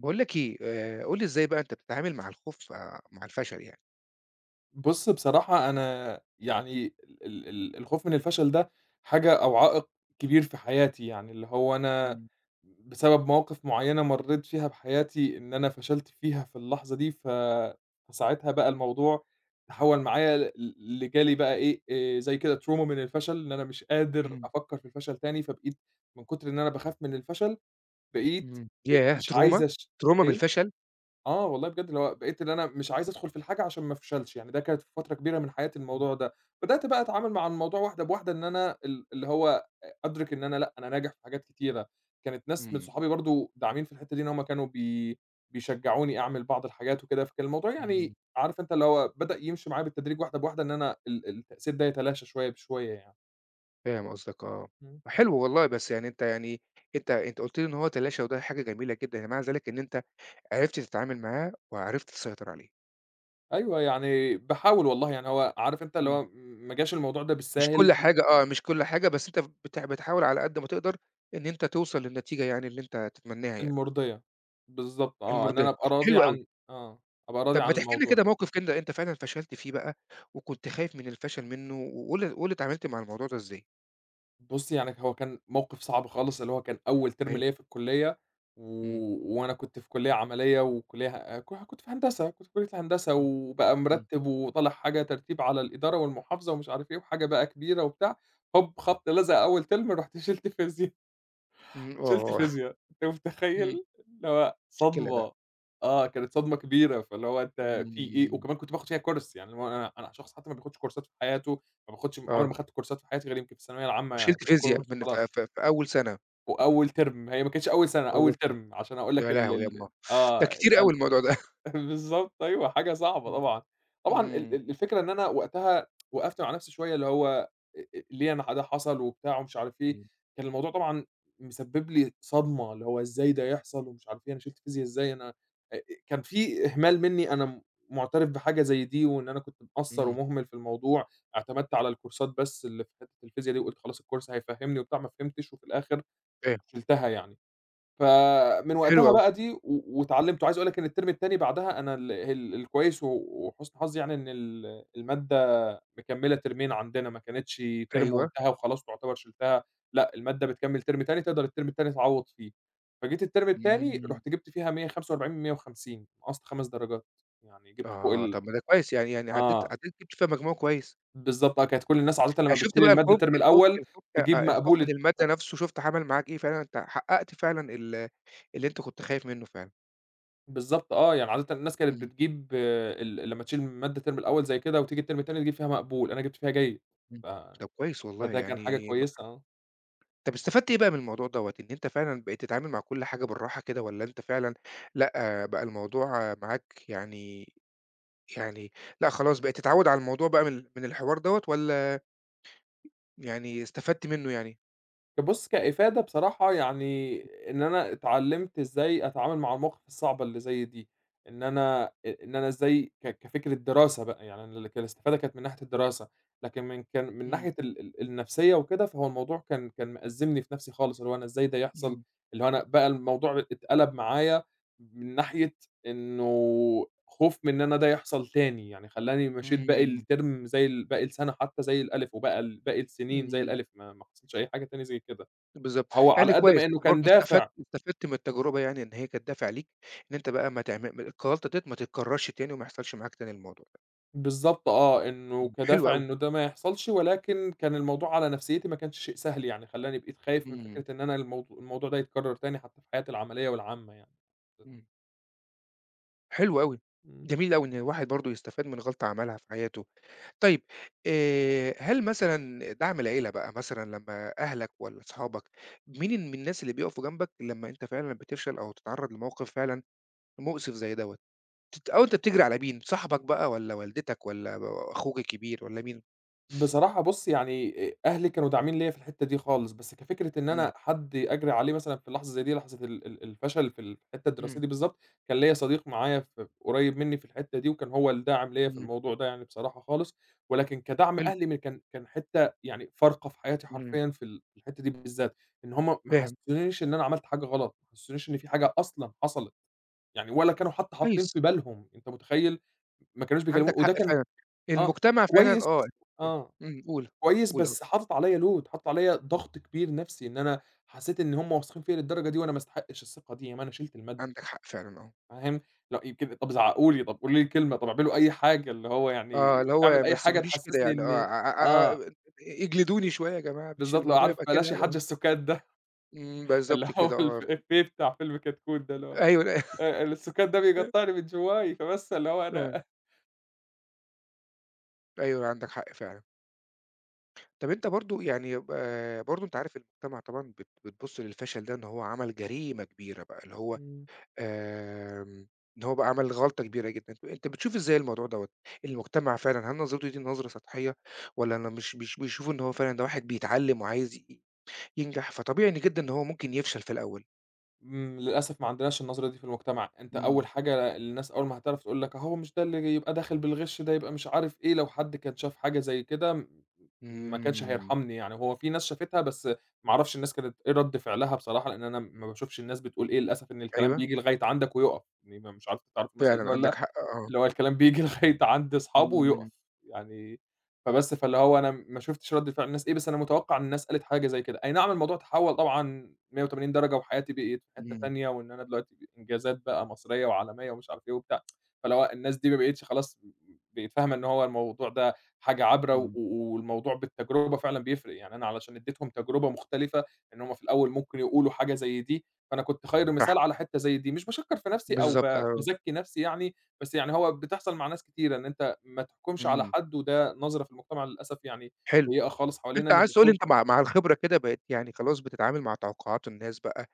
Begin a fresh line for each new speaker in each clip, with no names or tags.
باقول لك إيه، قُل لي إزاي بقى أنت بتتعامل مع الخوف مع الفشل يعني؟
بُص بصراحة أنا يعني ال ال ال الخوف من الفشل ده حاجة أو عائق كبير في حياتي، يعني اللي هو أنا
إمم،
بسبب مواقف معيّنة مرّيت فيها بحياتي إن أنا فشلت فيها في اللحظة دي، فساعتها بقى الموضوع تحوّل معايا ل ل لجالي بقى إيه، زي كده trauma من الفشل، إن أنا مش قادر
إمم،
أفكّر في الفشل تاني، فبقيت من كتر إن أنا باخاف من الفشل بقيت
إمم. ياه!
مش عايز
تروما، تروما من
إيه؟
الفشل!
آه والله بجد، اللي هو بقيت اللي أنا مش عايز أدخل في الحاجة عشان ما أفشلش، يعني ده كانت في فترة كبيرة من حياتي
إمم،
الموضوع ده، بدأت بقى أتعامل مع الموضوع واحدة بواحدة، إن أنا اللي هو أدرك إن أنا لأ، أنا ناجح في حاجات كتيرة، كانت ناس من
إمم.
صحابي برضه داعمين في الحتّة دي، إن هُم كانوا بيشجعوني أعمل بعض الحاجات وكده، فكان الموضوع
إمم.
يعني عارف أنت اللي هو بدأ يمشي معايا بالتدريج واحدة بواحدة، إن أنا التأثير ده يتلاشى شوية بشوية يعني.
فاهم قصدك آه.
إمم.
حلو والله، بس يعني أنت يعني أنت قُلت لي إن هو تلاشى وده حاجة جميلة جدًا، يعني معنى ذلك إن أنت عرفت تتعامل معاه وعرفت تسيطر عليه.
أيوه، يعني باحاول والله، يعني هو عارف أنت اللي
إمم.
هو ما جاش الموضوع ده
مش كل
بالساهل،
حاجة آه، مش كل حاجة، بس أنت بتحاول على قد ما تقدر إن أنت توصل للنتيجة يعني اللي أنت تتمناها يعني،
المُرضية، بالضبط آه، إن
المرضية.
أنا أبقى راضي
حلو أوي.
عن أبقى راضي
طب ما
عن
تحكي لنا
الموضوع
كده
ده.
موقف كده أنت فعلًا فشلت فيه بقى، وكنت خايف من الفشل منه، وقُل لي قُل لي اتعاملت مع الموضوع ده إزاي؟
بُصّي يعني هو كان موقِف صعب خالص، اللي هو كان أول ترم
أيوه،
ليّا في الكُلّية، و
إمم.
وأنا كنت في كُلّية عملية وكُلّية ه ك كنت في هندسة، كنت في كُلّية الهندسة
إمم،
وبقى
إمم.
مرتِّب وطالع حاجة ترتيب على الإدارة والمحافظة ومش عارف إيه، وحاجة بقى كبيرة وبتاع، هوب خبْط لَزَق أول ترم، رُحت شِلت فيزيا.
إمم،
شِلت
آه،
فيزياء، أنت
إمم،
متخيّل؟ اللي هو
مشكلة ده.
صدمة، آه، كانت صدمة كبيرة، فاللي هو أنت في إيه؟
إمم.
وكمان كنت باخد فيها course يعني اللي هو أنا شخص حتى ما بياخدش كورسات في حياته، ما باخدش
آه،
عمري ما خدت كورسات في حياتي غير يمكن في الثانوية العامة يعني،
وشِلت
كام
فيزياء
كورس
من ف
وخلاص،
ف في أول سنة،
وأول ترم، هي ما كانتش أول سنة،
أول
أول
ترم،
ترم عشان أقول
يا
لك ال
لهوي
ال
يمّا! ده
آه،
كتير أوي
ال
الموضوع ده.
بالضبط أيوه، حاجة صعبة
إمم.
طبعًا. طبعًا ال
إمم،
ال الفكرة إن أنا وقتها وقَفت مع نَفْسي شوية اللي هو أ أ ليه أنا ده حصل وبتاع ومش عارف إيه،
إمم.
كان الموضوع طبعًا مسبِّب لي صدمة، اللي هو إزاي ده يحصل ومش عارف إيه، أنا شِلت فيزيا إزاي، أنا أ أ كان في إهمال منّي، أنا مُعترف بحاجة زي دي وإن أنا كنت مقصّر
إمم.
ومُهمِل في الموضوع، اعتمدت على الكورسات بس اللي في حتّة الفيزيا دي وقُلت خلاص الكورس هيفهِّمني وبتاع، ما فهمتش وفي الآخِر
فاهم،
شِلتها يعني. فمن
حلو
وقتها
أوي،
بقى دي واتعلّمت، وعايز أقول لك إن الترم التاني بعدها أنا ال ال الكويس وحُسن حظي يعني إن المادة مكمّلة ترمين عندنا، ما كانتش ترم
أيوه.
وانتهى وخلاص تعتبر شِلتها، لأ المادة بتكمّل ترم تاني، تقدر الترم التاني تعوّض فيه. فجيت الترم التاني
إمم.
رُحت جِبت فيها 145 من 150 نقصت 5 درجات، يعني جِبت فوق
آه،
ال
طب ما ده كويس يعني عدّيت
آه،
عدّيت جِبت فيها مجموع كويس.
بالضبط آه، كانت كل الناس عادةً لمّا
شُفت
بتشيل
بقى
المادة
الخوف
الترم
الخوف
الأول
الخوف
تجيب
الخوف من
مقبول
المادة نَفْسه شُفت عمل معاك إيه فعلًا، أنت حققت فعلًا اللي أنت كنت خايف منّه فعلًا.
بالضبط آه، يعني عادةً الناس كانت
إمم،
بتجيب آه، ال لمّا تشيل مادة الترم الأول زي كده وتيجي الترم التاني تجيب فيها مقبول، أنا جِبت فيها جيد،
إمم.
ف
طَب كويس والله
فده كان حاجة
يعني
كويسة آه.
طَب استفدت إيه بقى من الموضوع دوّة، إن أنت فعلًا بقيت تتعامل مع كل حاجة بالراحة كده والّا أنت فعلًا لأ، بقى الموضوع معاك يعني يعني لأ خلاص بقيت تتعوّد على الموضوع بقى من الحوار دوّة والّا يعني استفدت منّه يعني؟
كبُص كإفادة بصراحة يعني إن أنا اتعلّمت إزاي أتعامل مع المواقف الصعبة اللي زي دي، إن أنا أ إن أنا إزاي كفكرة دراسة بقى، يعني أنا الاستفادة كانت من ناحية الدراسة، لكن من كان من
إمم،
ناحية ال ال النفسية وكده، فهو الموضوع كان مأزّمني في نَفْسي خالص، اللي هو أنا إزاي ده يحصل،
إمم،
اللي هو أنا بقى الموضوع اتقلب معايا من ناحية إنه خوف من إن أنا ده يحصل تاني، يعني خلّاني مشيت باقي
إمم،
الترم زي باقي السنة حتى زي الألِف، وباقى باقي السنين زي
إمم.
الألِف، ما حصلش أي حاجة تاني زي كده.
بالضبط،
هو على
يعني
قد
كويس
ما إنه
أنت برضه
كان
استفدت
دافع
استفدت من التجربة يعني إن هي كانت دافع ليك إن أنت بقى ما تعم الغلطة ديّة ما تتكررش تاني وما يحصلش معاك تاني الموضوع ده،
بالضبط آه، إنه
إمم. حلو
كدافع
أوي،
إنه ده ما يحصلش، ولكن كان الموضوع على نفسيتي ما كانش شيء سهل يعني، خلّاني بقيت خايف من
إمم،
فكرة إن أنا الموضوع ده يتكرر تاني حتى في حياتي العملية والعامة يعني.
إمم، حلو أوي،
امم.
جميل أوي إن الواحد برضه يستفاد من غلطة عملها في حياته، طيب هل مثلًا دعم العيلة بقى مثلًا لمّا أهلك والّا أصحابك، مين من الناس اللي بيقفوا جنبك لمّا أنت فعلًا بتفشل أو تتعرّض لموقف فعلًا مؤسف زي دوّة، بت أو أنت بتجري على مين، صاحبك بقى والّا والدتك والّا أخوك الكبير والّا مين؟
بصراحة بُص، يعني أهلي كانوا داعمين ليّا في الحتّة دي خالص، بس كفكرة إن
إمم.
أنا حد أجري عليه مثلًا في لحظة زي دي، لحظة ال ال الفشل في الحتّة الدراسية
إمم،
دي بالضبط، كان ليّا صديق معايا قريّب منّي في الحتّة دي، وكان هو الداعم ليّا في
إمم،
الموضوع ده يعني بصراحة خالص، ولكن كدعم
حلو،
أهلي م كان كان حتّة يعني فارقة في حياتي
إمم،
حرفيًا في الحتّة دي بالذات، إن هم ما
فاهم،
حسّسونيش إن أنا عملت حاجة غلط، ما حسّسونيش إن في حاجة أصلًا حصلت، يعني ولا كانوا حتّى حاطّين
كويس،
في بالهم، أنت متخيّل؟ ما كانوش
عندك
بيكلمو
حق
وده كان
فعلًا،
آه،
المجتمع فعلًا
كويس
آه،
آه.
إمم، قُل،
كويس،
قُل آه،
بس حاطط عليَّ load، حاطط عليَّ ضغط كبير نفسي، إن أنا حسيت إن هُم واثقين فيّا للدرجة دي وأنا ما استحقش الثقة دي، يا ما أنا شِلت المادة،
عندك حق فعلًا آه،
فاهم؟ لأ يمكن طب زعقوا لي، طب قولوا لي كلمة، طب اعملوا أي حاجة، اللي هو
آه،
يعني
اللي
اعمل
هو ما
أي حاجة
تسيبونيش كده
تحسسني
يعني آه،
إن آه،
اجلدوني شوية يا جماعة مش
بالضبط، اللي هو
الموضوع
عارف
يبقى كده
بلاش يا
يعني
حاج
آه،
السُكات ده،
إمم، بالضبط
اللي هو
كده آه،
الإفيه بتاع فيلم كتكوت ده، اللي هو
أيوه
السُكات ده
لأ
بيقطّعني من جواي، فبس اللي هو
آه،
أنا
أيوه عندك حق فعلًا، طَب أنت برضه يعني برضه أنت عارف المجتمع طبعًا بتبُص للفشل ده إن هو عمل جريمة كبيرة بقى اللي هو
إمم.
آمم، إن هو بقى عمل غلطة كبيرة جدًا، أنت بتشوف إزاي الموضوع دوّة؟ المجتمع فعلًا هل نظرته دي نظرة سطحية والّا أنا مش بيشوفوا إن هو فعلًا ده واحد بيتعلم وعايز ينجح، فطبيعي إن جدًا إن هو ممكن يفشل في الأول؟
للأسف ما عندناش النظرة دي في المجتمع، أنت
إمم،
أول حاجة الناس أول ما هتعرف تقول لك أهو مش ده اللي يبقى داخل بالغش ده يبقى مش عارف إيه، لو حد كان شاف حاجة زي كده ما كانش
إمم،
هيرحمني يعني، هو في ناس شافتها بس ما أعرفش الناس كانت إيه رد فعلها بصراحة، لأن أنا ما باشوفش الناس بتقول إيه، للأسف إن الكلام
أيوه،
بييجي لغاية عندك ويُقف، مش عارف أنت تعرف المثل
فعلًا
ده والّا
عندك
لأ؟
حق آه،
اللي هو الكلام بييجي لغاية عند أصحابه ويُقف،
إمم،
يعني فبس فاللي هو أنا ما شُفتش رَد فعل الناس إيه، بس أنا متوقع إن الناس قالت حاجة زي كده، أي نعم الموضوع تحوّل طبعًا 180 درجة وحياتي بقت في حتّة
إمم،
تانية، وإن أنا دلوقتي إنجازات بقى مصرية وعالمية ومش عارف إيه وبتاع، فاللي هو الناس دي ما بقتش خلاص بقت فاهمة إن هو الموضوع ده حاجة عابرة، و
إمم،
والموضوع بالتجربة فعلًا بيفرق، يعني أنا علشان اديتهم تجربة مختلفة، إن هُم في الأول ممكن يقولوا حاجة زي دي، فأنا كنت خير مثال
صح،
على حتّة زي دي، مش باشكّر في نفسي أو ب
بالضبط آه،
باذكّي نفسي يعني، بس يعني هو بتحصل مع ناس كتيرة إن أنت ما تحكمش على
إمم،
حد، وده نظرة في المجتمع للأسف يعني
حلو،
سيئة خالص حوالينا،
أنت
إن
عايز تقول لي
المفروض
أنت مع الخبرة كده بقيت يعني خلاص بتتعامل مع توقعات الناس بقى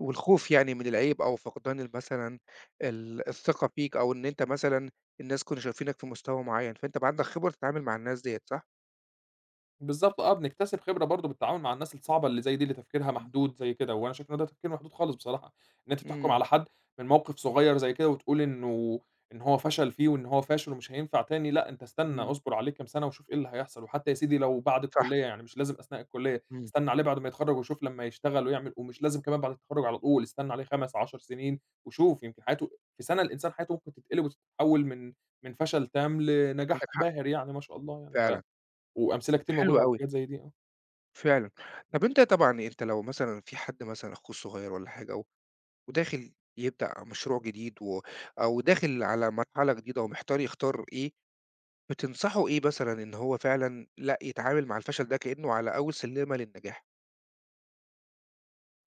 والخوف يعني من العيب أو فقدان مثلًا الثقة فيك أو إن أنت مثلًا الناس كانوا شايفينك في مستوى معيّن، فأنت بقى عندك خبرة تتعامل مع الناس ديّة صح؟
بالضبط آه، بنكتسب خبرة برضه بالتعامل مع الناس الصعبة اللي زي دي، اللي تفكيرها
إمم.
محدود زي كده، وأنا شايف إن ده تفكير محدود خالص بصراحة، إن أنت تحكم
إمم،
على حد من موقف صغير زي كده وتقول إن هو فشل فيه وإن هو فاشل ومش هينفع تاني، لأ أنت استنى
إمم.
اصبر عليه كام سنة وشوف إيه اللي هيحصل، وحتى يا سيدي لو بعد
صح،
الكلية يعني مش لازم أثناء الكلية،
إمم.
استنى عليه بعد ما يتخرّج وشوف لمّا يشتغل ويعمل ومش لازم كمان بعد التخرّج على طول، استنى عليه 5، 10 سنين وشوف يمكن حياته في سنة الإنسان حياته ممكن تتقلب وتتحول من فشل تام
عندك
لنجاح
حق
باهر يعني ما شاء الله يعني
فعلًا،
وأمثلة كتير
حلو
موجودة على
أوي،
حاجات زي دي آه.
فعلًا. طب أنت طبعًا أنت لو مثلًا في حد مثلًا أخوك صغير والّا حاجة وداخل يبدأ مشروع جديد أو داخل على مرحلة جديدة ومحتار يختار إيه، بتنصحه إيه مثلًا إن هو فعلًا لأ، يتعامل مع الفشل ده كإنه على أول سلِّمة للنجاح؟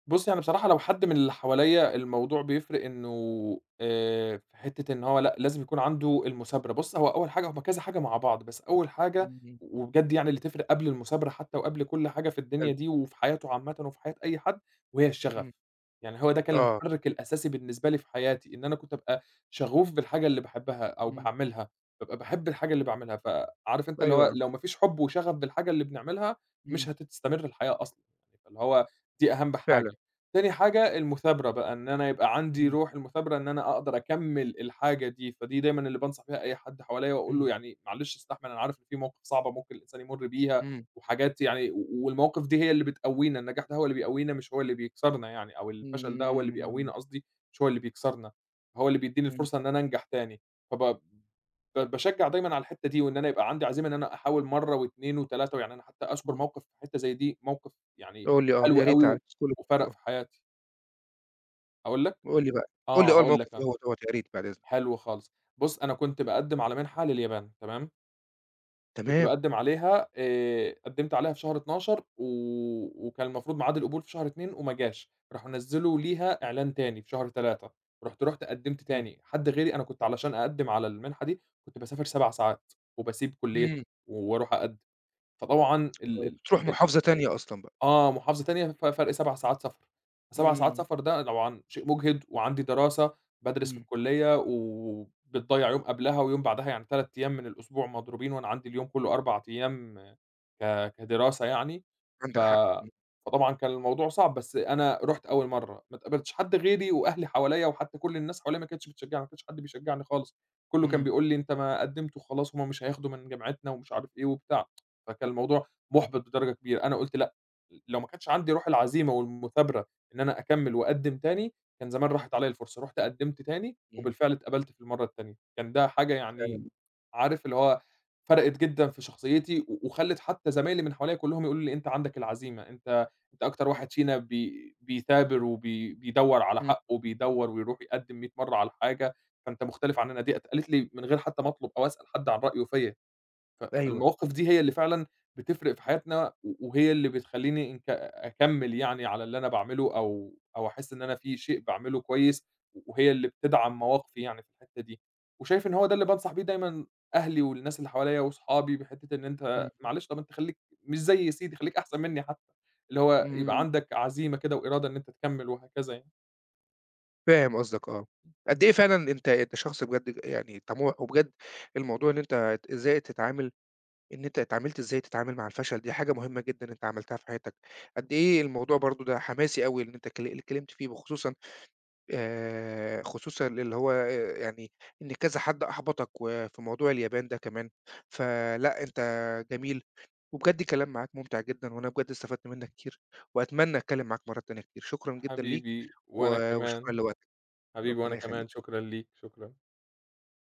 بُصّي، يعني بصراحة لو حد من اللي حواليّا الموضوع بيفرق إنه في حتّة إن هو لأ، لازم يكون عنده المثابرة، بُص هو أول حاجة هُم كذا حاجة مع بعض، بس أول حاجة
إمم.
وبجد يعني اللي تفرق قبل المثابرة حتى وقبل كل حاجة في الدنيا
حلو.
دي وفي حياته عامةً وفي حياة أي حد، وهي الشغف،
إمم.
يعني هو ده كان
آه.
المحرك الأساسي بالنسبة لي في حياتي، إن أنا كنت أبقى شغوف بالحاجة اللي باحبها أو
إمم.
باعملها، بابقى باحب الحاجة اللي باعملها، فعارف أنت اللي هو
أيوه.
لو ما فيش حب وشغف بالحاجة اللي بنعملها،
إمم.
مش هتستمر الحياة أصلًا، يعني فاللي هو دي أهم
فعلًا.
حاجة. تاني حاجة المثابرة بقى، إن أنا يبقى عندي
إمم.
روح المثابرة إن أنا أقدر أكمّل الحاجة دي، فدي دايمًا اللي بانصح بيها أي حد حواليّا وأقول
إمم.
له يعني معلش استحمل أنا عارف إن في مواقف صعبة ممكن الإنسان يمُر بيها
إمم.
وحاجات يعني والمواقف دي هي اللي بتقوّينا، النجاح ده هو اللي بيقوّينا مش هو اللي بيكسرنا يعني أو الفشل ده هو اللي
إمم.
بيقوّينا قصدي مش هو اللي بيكسرنا، هو اللي بيدّيني
إمم.
الفرصة إن أنا أنجح تاني، فب ب باشجّع دايمًا على الحتّة دي وإن أنا يبقى عندي عزيمة إن أنا أحاول مرّة و2 و3 ويعني أنا حتّى أذكر
إمم.
موقف في حتّة زي دي موقف يعني
قُل لي آه،
حلو
يا ريت
أوي
عايز
و
كل موقف
وفرق
آه.
في حياتي. أقول لك؟
قُل لي بقى، قُل لي
آه،
آه
أقول لك
الموقف إيه
آه،
هو دوّة يا ريت بعد إذنك.
حلو خالص. بُص، أنا كنت باقدّم على منحة لليابان تمام، كنت
تمام.
باقدّم عليها قدّمت عليها في شهر 12 وكان المفروض ميعاد القبول في شهر 2 وما جاش، راحوا نزّلوا ليها إعلان تاني في شهر 3 رُحت قدّمت
إمم.
تاني، حد غيري أنا كنت علشان أقدّم على المنحة دي كنت باسافر 7 ساعات وباسيب كلّيتي
إمم.
وأروح أقدّم، فطبعًا ال
آه.
ال
بتروح محافظة تانية أصلًا بقى.
آه، محافظة تانية فرْق 7 ساعات سفر، ف7 ساعات
إمم.
سفر ده طبعًا شيء مُجهِد وعندي دراسة، بادرس في
إمم.
الكُلّية وبتضيّع يوم قبلها ويوم بعدها، يعني 3 أيام من الأسبوع مضروبين وأنا عندي اليوم كُلّه 4 أيام كدراسة يعني، ف
عندك حق. إمم.
فطبعًا كان الموضوع صعب، بس أنا رُحت أول مرّة، ما اتقابلتش حد غيري وأهلي حواليّا وحتى كل الناس حواليّا ما كانتش بتشجّعني، ما كانش حد بيشجّعني خالص، كُلّه كان
إمم.
بيقول لي: "أنت ما قدّمت وخلاص، هم مش هياخدوا من جامعتنا." ومش عارف إيه وبتاع، فكان الموضوع مُحبِط بدرجة كبيرة، أنا قُلت لأ، لو ما كانش عندي روح العزيمة والمثابرة إن أنا أكمّل وأقدّم تاني، كان زمان راحت عليّا الفرصة، رُحت قدّمت تاني
إمم.
وبالفعل اتقبلت في المرّة التانية، كان ده حاجة يعني
فعلًا.
عارف اللي هو فرقِت جدًا في شخصيتي وخلِّت حتى زمايلي من حواليّا كلّهم يقولوا لي: "أنت عندك العزيمة، أنت أكتر واحد فينا بيثابر وبي بيدوّر على
إمم.
حقّه، بيدوّر ويروح يقدّم 100 مرّة على حاجة، فأنت مختلف عنّنا." دي اتقالت لي من غير حتى ما أطلب أو أسأل حد عن رأيه فيّا. ف
أيوه.
فالمواقف دي هي اللي فعلًا بتفرق في حياتنا، وهي اللي بتخلّيني إنك أكمّل يعني على اللي أنا باعمله أو أحس إن أنا في شيء باعمله كويس، وهي اللي بتدعم مواقفي يعني في الحتّة دي، وشايف إن هو ده اللي بانصح بيه دايمًا أهلي والناس اللي حواليّا وصحابي، بحتّة إن
إمم.
أنت معلش طَب أنت خلّيك مش زي سيدي، خلّيك أحسن منّي حتّى، اللي هو يبقى
إمم.
عندك عزيمة كده وإرادة إن أنت تكمّل وهكذا يعني.
فاهم قصدك آه. قد إيه فعلًا أنت شخص بجد يعني طموح، وبجد الموضوع إن أنت إزاي تتعامل إن أنت اتعاملت إزاي تتعامل مع الفشل، دي حاجة مهمة جدًا أنت عملتها في حياتك، قد إيه الموضوع برضه ده حماسي أوي إن أنت اتكلمت فيه وخصوصًا خصوصًا اللي هو يعني إن كذا حد أحبطك وفي موضوع اليابان ده كمان، فلأ أنت جميل، وبجد الكلام معاك ممتع جدًا، وأنا بجد استفدت منك كتير، وأتمنى أتكلم معاك مرات تانية كتير، شكرًا جدًا ليك،
حبيبي وأنا
وشكرًا
كمان،
لوقتك،
حبيبي وأنا
ربنا
كمان،
يخليك.
شكرًا ليك، شكرًا.